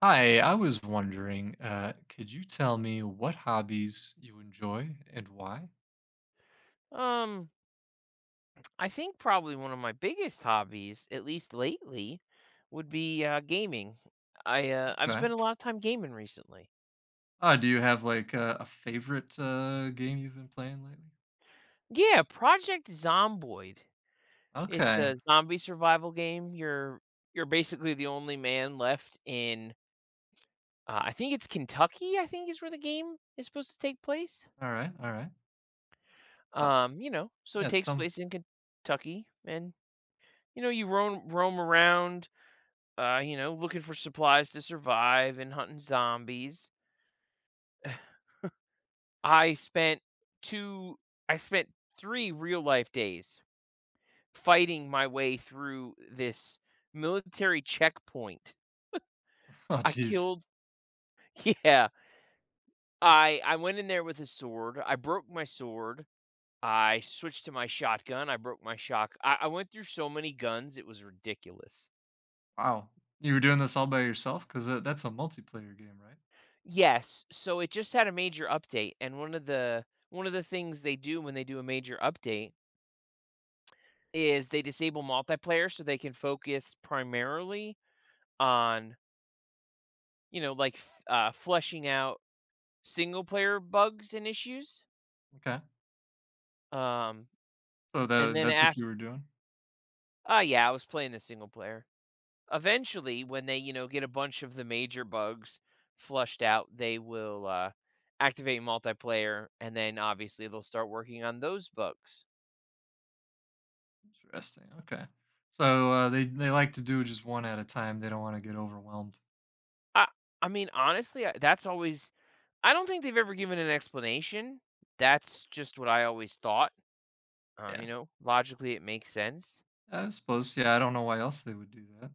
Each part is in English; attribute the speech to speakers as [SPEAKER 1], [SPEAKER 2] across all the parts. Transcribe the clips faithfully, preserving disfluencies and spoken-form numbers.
[SPEAKER 1] Hi, I was wondering, uh, could you tell me what hobbies you enjoy and why?
[SPEAKER 2] Um, I think probably one of my biggest hobbies, at least lately, would be uh, gaming. I uh, I've
[SPEAKER 1] Okay.
[SPEAKER 2] spent a lot of time gaming recently.
[SPEAKER 1] Uh, do you have like uh, a favorite uh, game you've been playing lately?
[SPEAKER 2] Yeah, Project Zomboid. It's
[SPEAKER 1] Okay.
[SPEAKER 2] a zombie survival game. You're you're basically the only man left in. Uh, I think it's Kentucky. I think is where the game is supposed to take place.
[SPEAKER 1] All right. All right. Uh,
[SPEAKER 2] Um, you know, so it
[SPEAKER 1] yeah.
[SPEAKER 2] takes
[SPEAKER 1] Some.
[SPEAKER 2] place in Kentucky, and you know you roam roam around. Uh, you know, looking for supplies to survive and hunting zombies. I spent two I spent three real life days fighting my way through this military checkpoint.
[SPEAKER 1] Oh,
[SPEAKER 2] I
[SPEAKER 1] jeez.
[SPEAKER 2] killed— Yeah, I I went in there with a sword, I broke my sword, I switched to my shotgun, I broke my shock I I went through so many guns, it was ridiculous.
[SPEAKER 1] Wow. You were doing this all by yourself? Because uh, that's a multiplayer game, right?
[SPEAKER 2] Yes, so it just had a major update, and one of the one of the things they do when they do a major update is they disable multiplayer so they can focus primarily on, you know, like, f uh, fleshing out single player bugs and issues.
[SPEAKER 1] Okay.
[SPEAKER 2] Um,
[SPEAKER 1] So
[SPEAKER 2] and
[SPEAKER 1] that
[SPEAKER 2] then
[SPEAKER 1] that's what
[SPEAKER 2] after
[SPEAKER 1] you were doing.
[SPEAKER 2] ah, Yeah, I was playing the single player. Eventually, when they, you know, get a bunch of the major bugs flushed out, they will, uh, activate multiplayer, and then obviously they'll start working on those bugs.
[SPEAKER 1] Interesting. Okay. So uh, they they like to do just one at a time. They don't want to get overwhelmed.
[SPEAKER 2] I I mean, honestly, I That's always— I don't think they've ever given an explanation. That's just what I always thought. Um,
[SPEAKER 1] Yeah.
[SPEAKER 2] you know, logically it makes sense.
[SPEAKER 1] I suppose. Yeah. I don't know why else they would do that.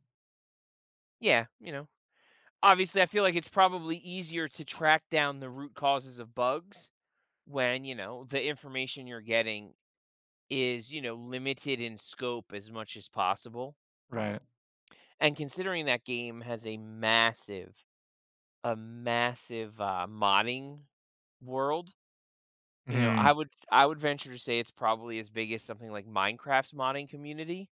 [SPEAKER 2] Yeah, you know. Obviously, I feel like it's probably easier to track down the root causes of bugs when, you know, the information you're getting is, you know, limited in scope as much as possible.
[SPEAKER 1] Right.
[SPEAKER 2] And considering that game has a massive, a massive uh, modding world, you know, I
[SPEAKER 1] Hmm.
[SPEAKER 2] would I would venture to say it's probably as big as something like Minecraft's modding community.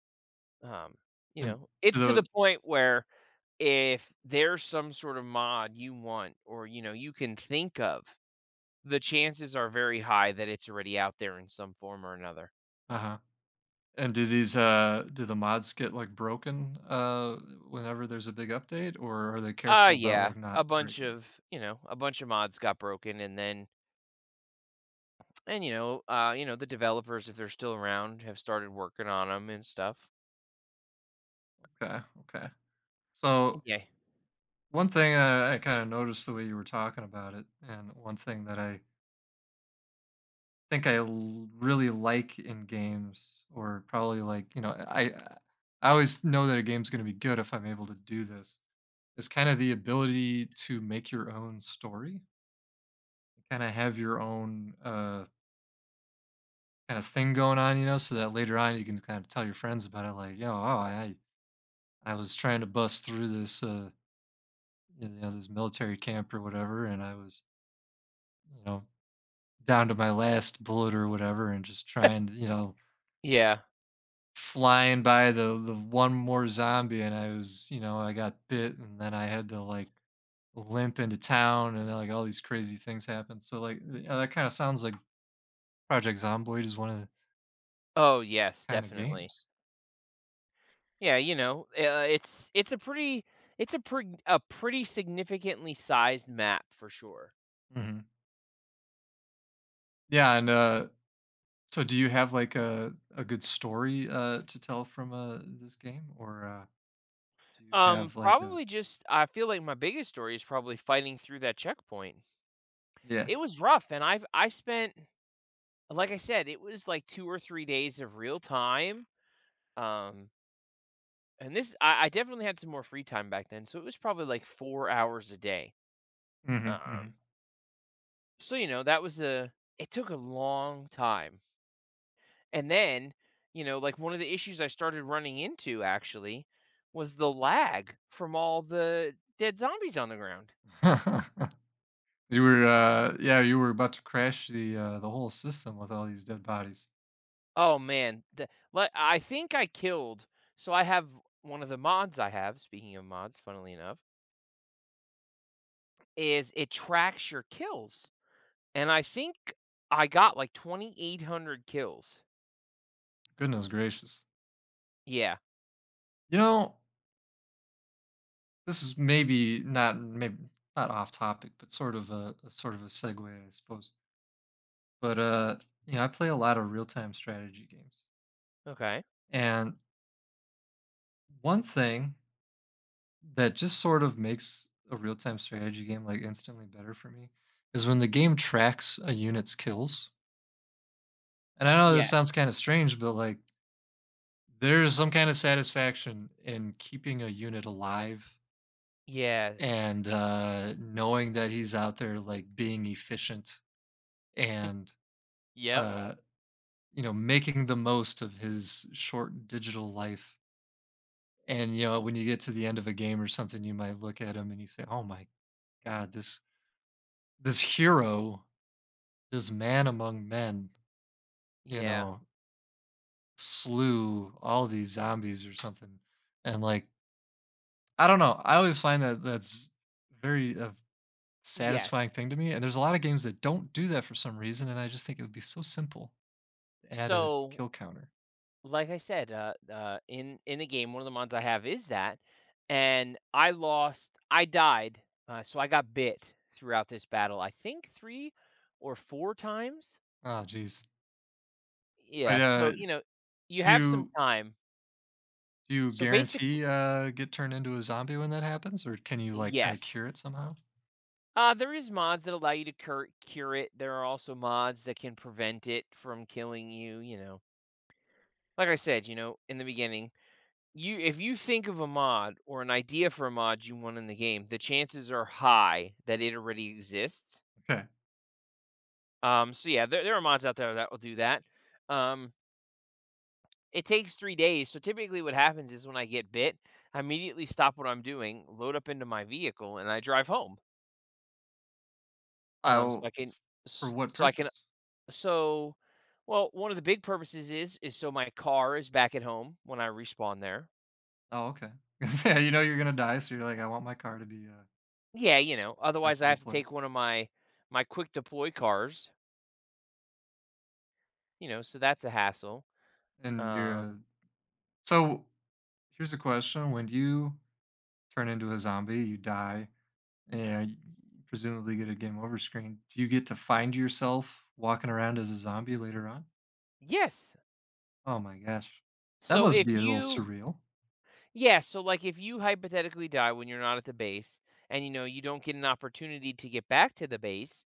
[SPEAKER 2] Um, you
[SPEAKER 1] And
[SPEAKER 2] know,
[SPEAKER 1] do
[SPEAKER 2] it's to the
[SPEAKER 1] the
[SPEAKER 2] point where if there's some sort of mod you want or you know you can think of, the chances are very high that it's already out there in some form or another.
[SPEAKER 1] Uh-huh. And do these, uh do the mods get, like, broken, uh, whenever there's a big update, or are they
[SPEAKER 2] Uh
[SPEAKER 1] careful about,
[SPEAKER 2] yeah,
[SPEAKER 1] like, not
[SPEAKER 2] a bunch
[SPEAKER 1] breaking them?
[SPEAKER 2] of, you know, a bunch of mods got broken, and then, and you know, uh you know, the developers, if they're still around, have started working on them and stuff.
[SPEAKER 1] Okay, okay. So,
[SPEAKER 2] Yeah.
[SPEAKER 1] one thing I I kinda noticed the way you were talking about it, and one thing that I think I l really like in games, or probably, like, you know, I I always know that a game's gonna be good if I'm able to do this, is kinda the ability to make your own story, kinda have your own, uh kind of thing going on, you know, so that later on you can kind of tell your friends about it, like, yo, oh, I I was trying to bust through this, uh, you know, this military camp or whatever, and I was, you know, down to my last bullet or whatever, and just trying to, you know,
[SPEAKER 2] Yeah.
[SPEAKER 1] flying by the the one more zombie, and I was, you know, I got bit, and then I had to like limp into town, and like all these crazy things happened. So like, you know, that kind of sounds like Project Zomboid is one of
[SPEAKER 2] Oh,
[SPEAKER 1] these
[SPEAKER 2] yes,
[SPEAKER 1] kind of
[SPEAKER 2] definitely.
[SPEAKER 1] games.
[SPEAKER 2] Yeah, you know, uh, it's it's a pretty it's a pretty a pretty significantly sized map for sure.
[SPEAKER 1] Hmm. Yeah, and uh, so, do you have like a a good story uh, to tell from uh, this game, or uh, do you
[SPEAKER 2] Um
[SPEAKER 1] have like a
[SPEAKER 2] probably just— I feel like my biggest story is probably fighting through that checkpoint.
[SPEAKER 1] yeah?
[SPEAKER 2] It was rough and I've I spent— like I said, it was like two or three days of real time. um, and this— I I definitely had some more free time back then, so it was probably like four hours a day.
[SPEAKER 1] Hmm, hmm.
[SPEAKER 2] um, so, you know, that was a— it took a long time, and then, you know, like, one of the issues I started running into actually was the lag from all the dead zombies on the ground.
[SPEAKER 1] You were uh, yeah, you were about to crash the uh, the whole system with all these dead bodies.
[SPEAKER 2] Oh, man, the— li I think I killed— so I have— one of the mods I have, speaking of mods, funnily enough, is it tracks your kills. And I think I got like twenty-eight hundred kills.
[SPEAKER 1] Goodness gracious!
[SPEAKER 2] Yeah.
[SPEAKER 1] You know, this is maybe not maybe not off topic, but sort of a, a sort of a segue, I suppose. But uh, you know, I play a lot of real time strategy games,
[SPEAKER 2] Okay.
[SPEAKER 1] and one thing that just sort of makes a real-time strategy game like instantly better for me is when the game tracks a unit's kills. And I know this
[SPEAKER 2] Yeah.
[SPEAKER 1] sounds kind of strange, but like there's some kind of satisfaction in keeping a unit alive
[SPEAKER 2] Yes.
[SPEAKER 1] and uh, knowing that he's out there like being efficient and
[SPEAKER 2] Yep.
[SPEAKER 1] uh, you know making the most of his short digital life. And you know when you get to the end of a game or something, you might look at him and you say, "Oh my god, this this hero, this man among men, you
[SPEAKER 2] Yeah.
[SPEAKER 1] know, slew all these zombies or something." And like, I don't know. I always find that that's very uh,
[SPEAKER 2] Yes.
[SPEAKER 1] satisfying thing to me. And there's a lot of games that don't do that for some reason. And I just think it would be so simple to add a
[SPEAKER 2] So,
[SPEAKER 1] kill counter.
[SPEAKER 2] like I said, uh, uh, in in the game, one of the mods I have is that, and I lost. I died. Uh, so I got bit throughout this battle, I think three or four times.
[SPEAKER 1] Oh, geez. But
[SPEAKER 2] Yeah.
[SPEAKER 1] uh,
[SPEAKER 2] So you know, you
[SPEAKER 1] do
[SPEAKER 2] have some
[SPEAKER 1] you
[SPEAKER 2] time.
[SPEAKER 1] do you
[SPEAKER 2] So basically,
[SPEAKER 1] guarantee uh, get turned into a zombie when that happens, or can you like kind of
[SPEAKER 2] yes.
[SPEAKER 1] cure it somehow?
[SPEAKER 2] Uh, there is mods that allow you to cur- cure it. There are also mods that can prevent it from killing you. You know, like I said, you know, in the beginning, you— if you think of a mod or an idea for a mod you want in the game, the chances are high that it already exists.
[SPEAKER 1] Okay.
[SPEAKER 2] Um, so yeah, there, there are mods out there that will do that. Um, it takes three days. So typically, what happens is when I get bit, I immediately stop what I'm doing, load up into my vehicle, and I drive home. Um, so
[SPEAKER 1] I'll
[SPEAKER 2] I can—
[SPEAKER 1] For
[SPEAKER 2] s-
[SPEAKER 1] what
[SPEAKER 2] so I can—
[SPEAKER 1] purpose?
[SPEAKER 2] so, well, one of the big purposes is is so my car is back at home when I respawn there.
[SPEAKER 1] Oh, okay. Yeah, you know you're gonna die, so you're like, I want my car to be uh,
[SPEAKER 2] Yeah, you know, otherwise I
[SPEAKER 1] accessible
[SPEAKER 2] have to take
[SPEAKER 1] place.
[SPEAKER 2] one of my my quick deploy cars, you know, so that's a hassle.
[SPEAKER 1] And you're
[SPEAKER 2] Um,
[SPEAKER 1] a So here's a question. When you turn into a zombie, you die, and you presumably get a game over screen. Do you get to find yourself walking around as a zombie later on?
[SPEAKER 2] yes.
[SPEAKER 1] Oh my gosh. That
[SPEAKER 2] So
[SPEAKER 1] must
[SPEAKER 2] if
[SPEAKER 1] be a little
[SPEAKER 2] you—
[SPEAKER 1] surreal.
[SPEAKER 2] yeah, so like if you hypothetically die when you're not at the base, and you know you don't get an opportunity to get back to the base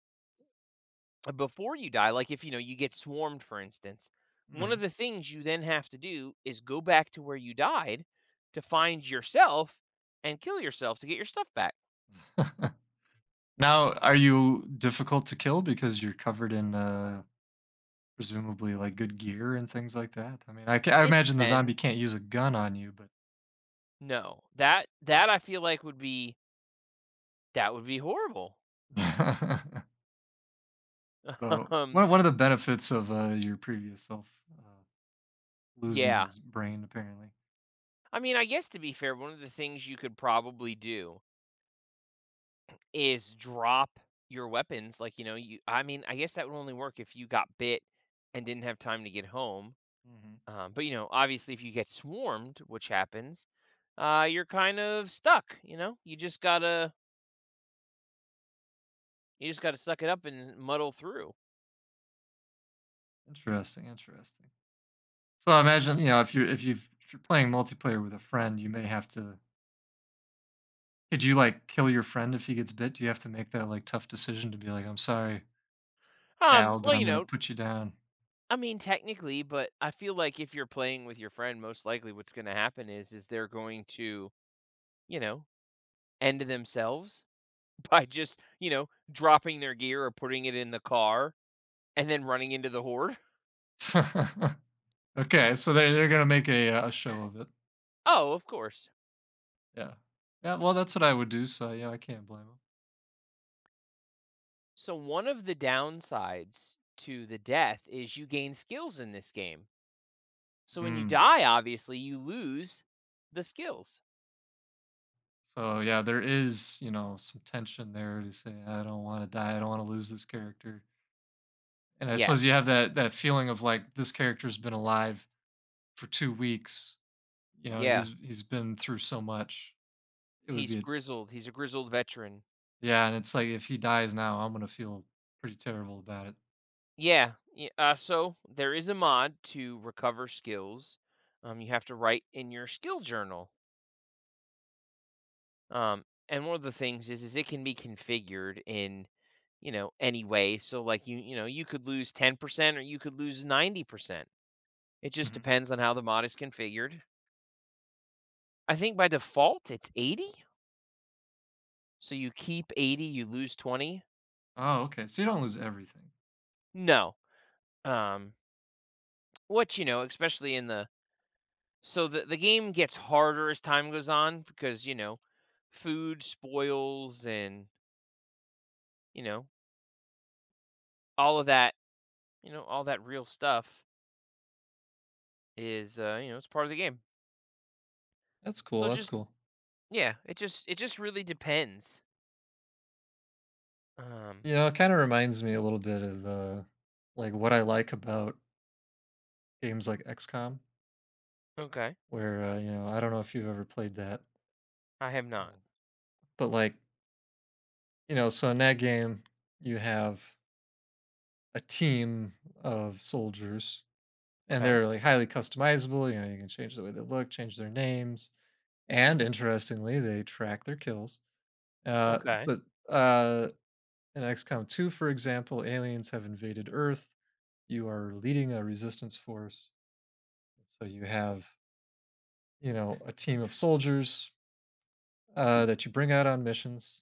[SPEAKER 2] before you die, like if you know you get swarmed, for instance, one of
[SPEAKER 1] Mhm.
[SPEAKER 2] the things you then have to do is go back to where you died to find yourself and kill yourself to get your stuff back.
[SPEAKER 1] Now, are you difficult to kill because you're covered in, uh, presumably, like, good gear and things like that? I mean, I ca I
[SPEAKER 2] It
[SPEAKER 1] imagine the zombie
[SPEAKER 2] depends.
[SPEAKER 1] can't use a gun on you,
[SPEAKER 2] No, that that I feel like would be— that would be horrible.
[SPEAKER 1] but so,
[SPEAKER 2] um,
[SPEAKER 1] one one of the benefits of, uh, your previous self, uh, losing
[SPEAKER 2] yeah.
[SPEAKER 1] his brain apparently.
[SPEAKER 2] I mean, I guess to be fair, one of the things you could probably do is drop your weapons. Like you know, you— I mean, I guess that would only work if you got bit and didn't have time to get home.
[SPEAKER 1] Mhm.
[SPEAKER 2] Um, but you know, obviously, if you get swarmed, which happens, uh, you're kind of stuck. You know, you just gotta you just gotta suck it up and muddle through.
[SPEAKER 1] Interesting, interesting. So, I imagine, you know, if you're if you've if you're playing multiplayer with a friend, you may have to could you, like, kill your friend if he gets bit? Do you have to make that, like, tough decision to be like, "I'm sorry, Al,
[SPEAKER 2] Um,
[SPEAKER 1] but
[SPEAKER 2] well,
[SPEAKER 1] I'm
[SPEAKER 2] you
[SPEAKER 1] gonna
[SPEAKER 2] know,
[SPEAKER 1] put you down."
[SPEAKER 2] I mean, technically, but I feel like if you're playing with your friend, most likely what's gonna happen is is they're going to, you know, end themselves by just you know dropping their gear or putting it in the car and then running into the horde.
[SPEAKER 1] Okay, so they're they're gonna make a, uh, a show of it.
[SPEAKER 2] Oh, of course.
[SPEAKER 1] Yeah. Yeah, well, that's what I would do, so, yeah, I can't blame
[SPEAKER 2] So one of the downsides to the death is you gain skills in this game. So when you
[SPEAKER 1] 'em. Mm.
[SPEAKER 2] die, obviously, you lose the skills.
[SPEAKER 1] So yeah, there is, you know, some tension there to say, I don't want to die, I don't want to lose this character. And I suppose you
[SPEAKER 2] Yes.
[SPEAKER 1] have that that feeling of like this character's been alive for two weeks. You know, he's
[SPEAKER 2] Yeah.
[SPEAKER 1] he's been through so much. It would
[SPEAKER 2] He's
[SPEAKER 1] be a,
[SPEAKER 2] grizzled. He's a grizzled veteran.
[SPEAKER 1] yeah, and it's like if he dies now, I'm gonna feel pretty terrible about it.
[SPEAKER 2] Yeah, yeah. Uh, so there is a mod to recover skills. Um, you have to write in your skill journal. Um, and one of the things is, is it can be configured in, you know, any way. So like you— you know, you could lose ten percent or you could lose ninety percent. It just
[SPEAKER 1] Hmm.
[SPEAKER 2] depends on how the mod is configured. I think by default it's eighty. So you keep eighty, you lose twenty.
[SPEAKER 1] Oh, okay. So you don't lose everything.
[SPEAKER 2] No. Um, which, you know, especially in the— so the the game gets harder as time goes on because, you know, food spoils and, you know, all of that, you know, all that real stuff is, uh, you know, it's part of the game.
[SPEAKER 1] That's cool.
[SPEAKER 2] So
[SPEAKER 1] That's
[SPEAKER 2] just—
[SPEAKER 1] cool.
[SPEAKER 2] yeah, it just— it just really depends. Um,
[SPEAKER 1] You know, it kind of reminds me a little bit of uh like what I like about games like XCOM,
[SPEAKER 2] okay.
[SPEAKER 1] where uh, you know, I don't know if you've ever played that.
[SPEAKER 2] I have not.
[SPEAKER 1] But like, you know, so in that game, you have a team of soldiers and
[SPEAKER 2] Okay.
[SPEAKER 1] they're like highly customizable. You know, you can change the way they look, change their names. And interestingly, they track their kills. Uh,
[SPEAKER 2] Okay.
[SPEAKER 1] but uh, in XCOM two, for example, aliens have invaded Earth. You are leading a resistance force. So you have, you know, a team of soldiers uh, that you bring out on missions.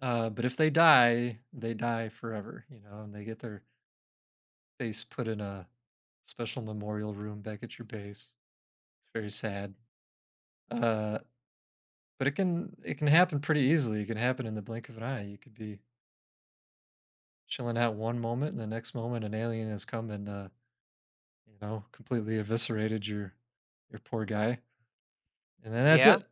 [SPEAKER 1] Uh, but if they die, they die forever, you know, and they get their base put in a special memorial room back at your base. It's very sad. Uh, but it can, it can happen pretty easily. It can happen in the blink of an eye. You could be chilling out one moment, and the next moment, an alien has come and uh, you know completely eviscerated your your poor guy, and then that's
[SPEAKER 2] Yeah.
[SPEAKER 1] it.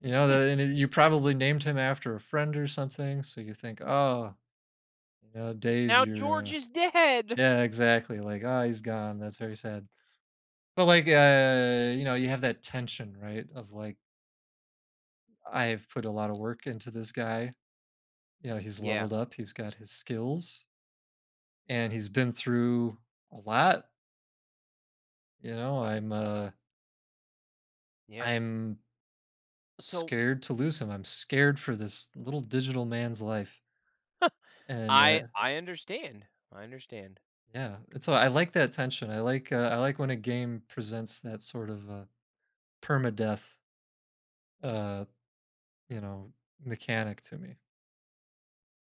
[SPEAKER 1] You know,
[SPEAKER 2] Hmm.
[SPEAKER 1] the, and it- you probably named him after a friend or something, so you think, oh, you know, Dave,
[SPEAKER 2] Now
[SPEAKER 1] you're
[SPEAKER 2] George
[SPEAKER 1] uh,
[SPEAKER 2] is dead.
[SPEAKER 1] yeah, exactly. Like, ah, he's gone. That's very sad. But like, uh, you know, you have that tension, right? Of like I've put a lot of work into this guy. You know, he's
[SPEAKER 2] Yeah.
[SPEAKER 1] leveled up, he's got his skills, and he's been through a lot. You know, I'm uh
[SPEAKER 2] Yeah.
[SPEAKER 1] I'm
[SPEAKER 2] So
[SPEAKER 1] scared to lose him. I'm scared for this little digital man's life. And uh
[SPEAKER 2] I I understand. I understand.
[SPEAKER 1] yeah, and so I like that tension. I like uh, I like when a game presents that sort of uh permadeath uh, you know, mechanic to me.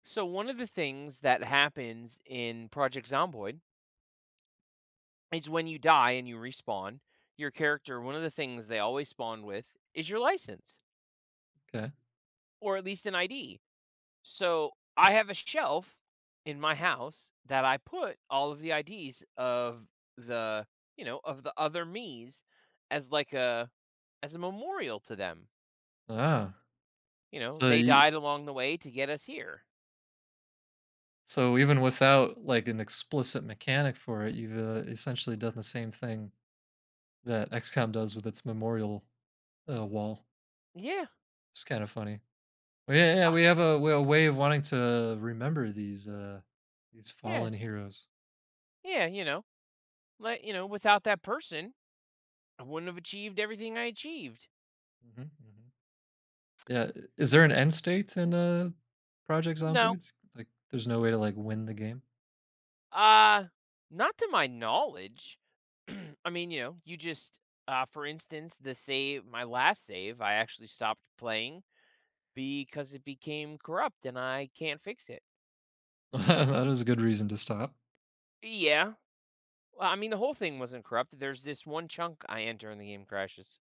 [SPEAKER 2] So one of the things that happens in Project Zomboid is when you die and you respawn, your character, one of the things they always spawn with is your license
[SPEAKER 1] Okay.
[SPEAKER 2] or at least an I D. So I have a shelf in my house that I put all of the I Ds of the, you know, of the other me's as like a— as a memorial to them.
[SPEAKER 1] Ah.
[SPEAKER 2] You know,
[SPEAKER 1] So
[SPEAKER 2] they
[SPEAKER 1] you,
[SPEAKER 2] died along the way to get us here.
[SPEAKER 1] So even without like an explicit mechanic for it, you've uh, essentially done the same thing that XCOM does with its memorial uh, wall.
[SPEAKER 2] Yeah.
[SPEAKER 1] It's kind of funny. Well, yeah, yeah, we have a we have a way of wanting to remember these uh these
[SPEAKER 2] Yeah.
[SPEAKER 1] fallen heroes.
[SPEAKER 2] Yeah, you know. Like, you know, without that person, I wouldn't have achieved everything I achieved.
[SPEAKER 1] Hmm, hmm. Yeah, i- is there an end state in uh Project
[SPEAKER 2] No.
[SPEAKER 1] Zomboid? Like, there's no way to like win the game.
[SPEAKER 2] Uh, not to my knowledge. I mean, you know, you just— uh for instance, the save— my last save, I actually stopped playing because it became corrupt and I can't fix it.
[SPEAKER 1] That is a good reason to stop.
[SPEAKER 2] Yeah. Well, I mean, the whole thing wasn't corrupt. There's this one chunk I enter and the game crashes.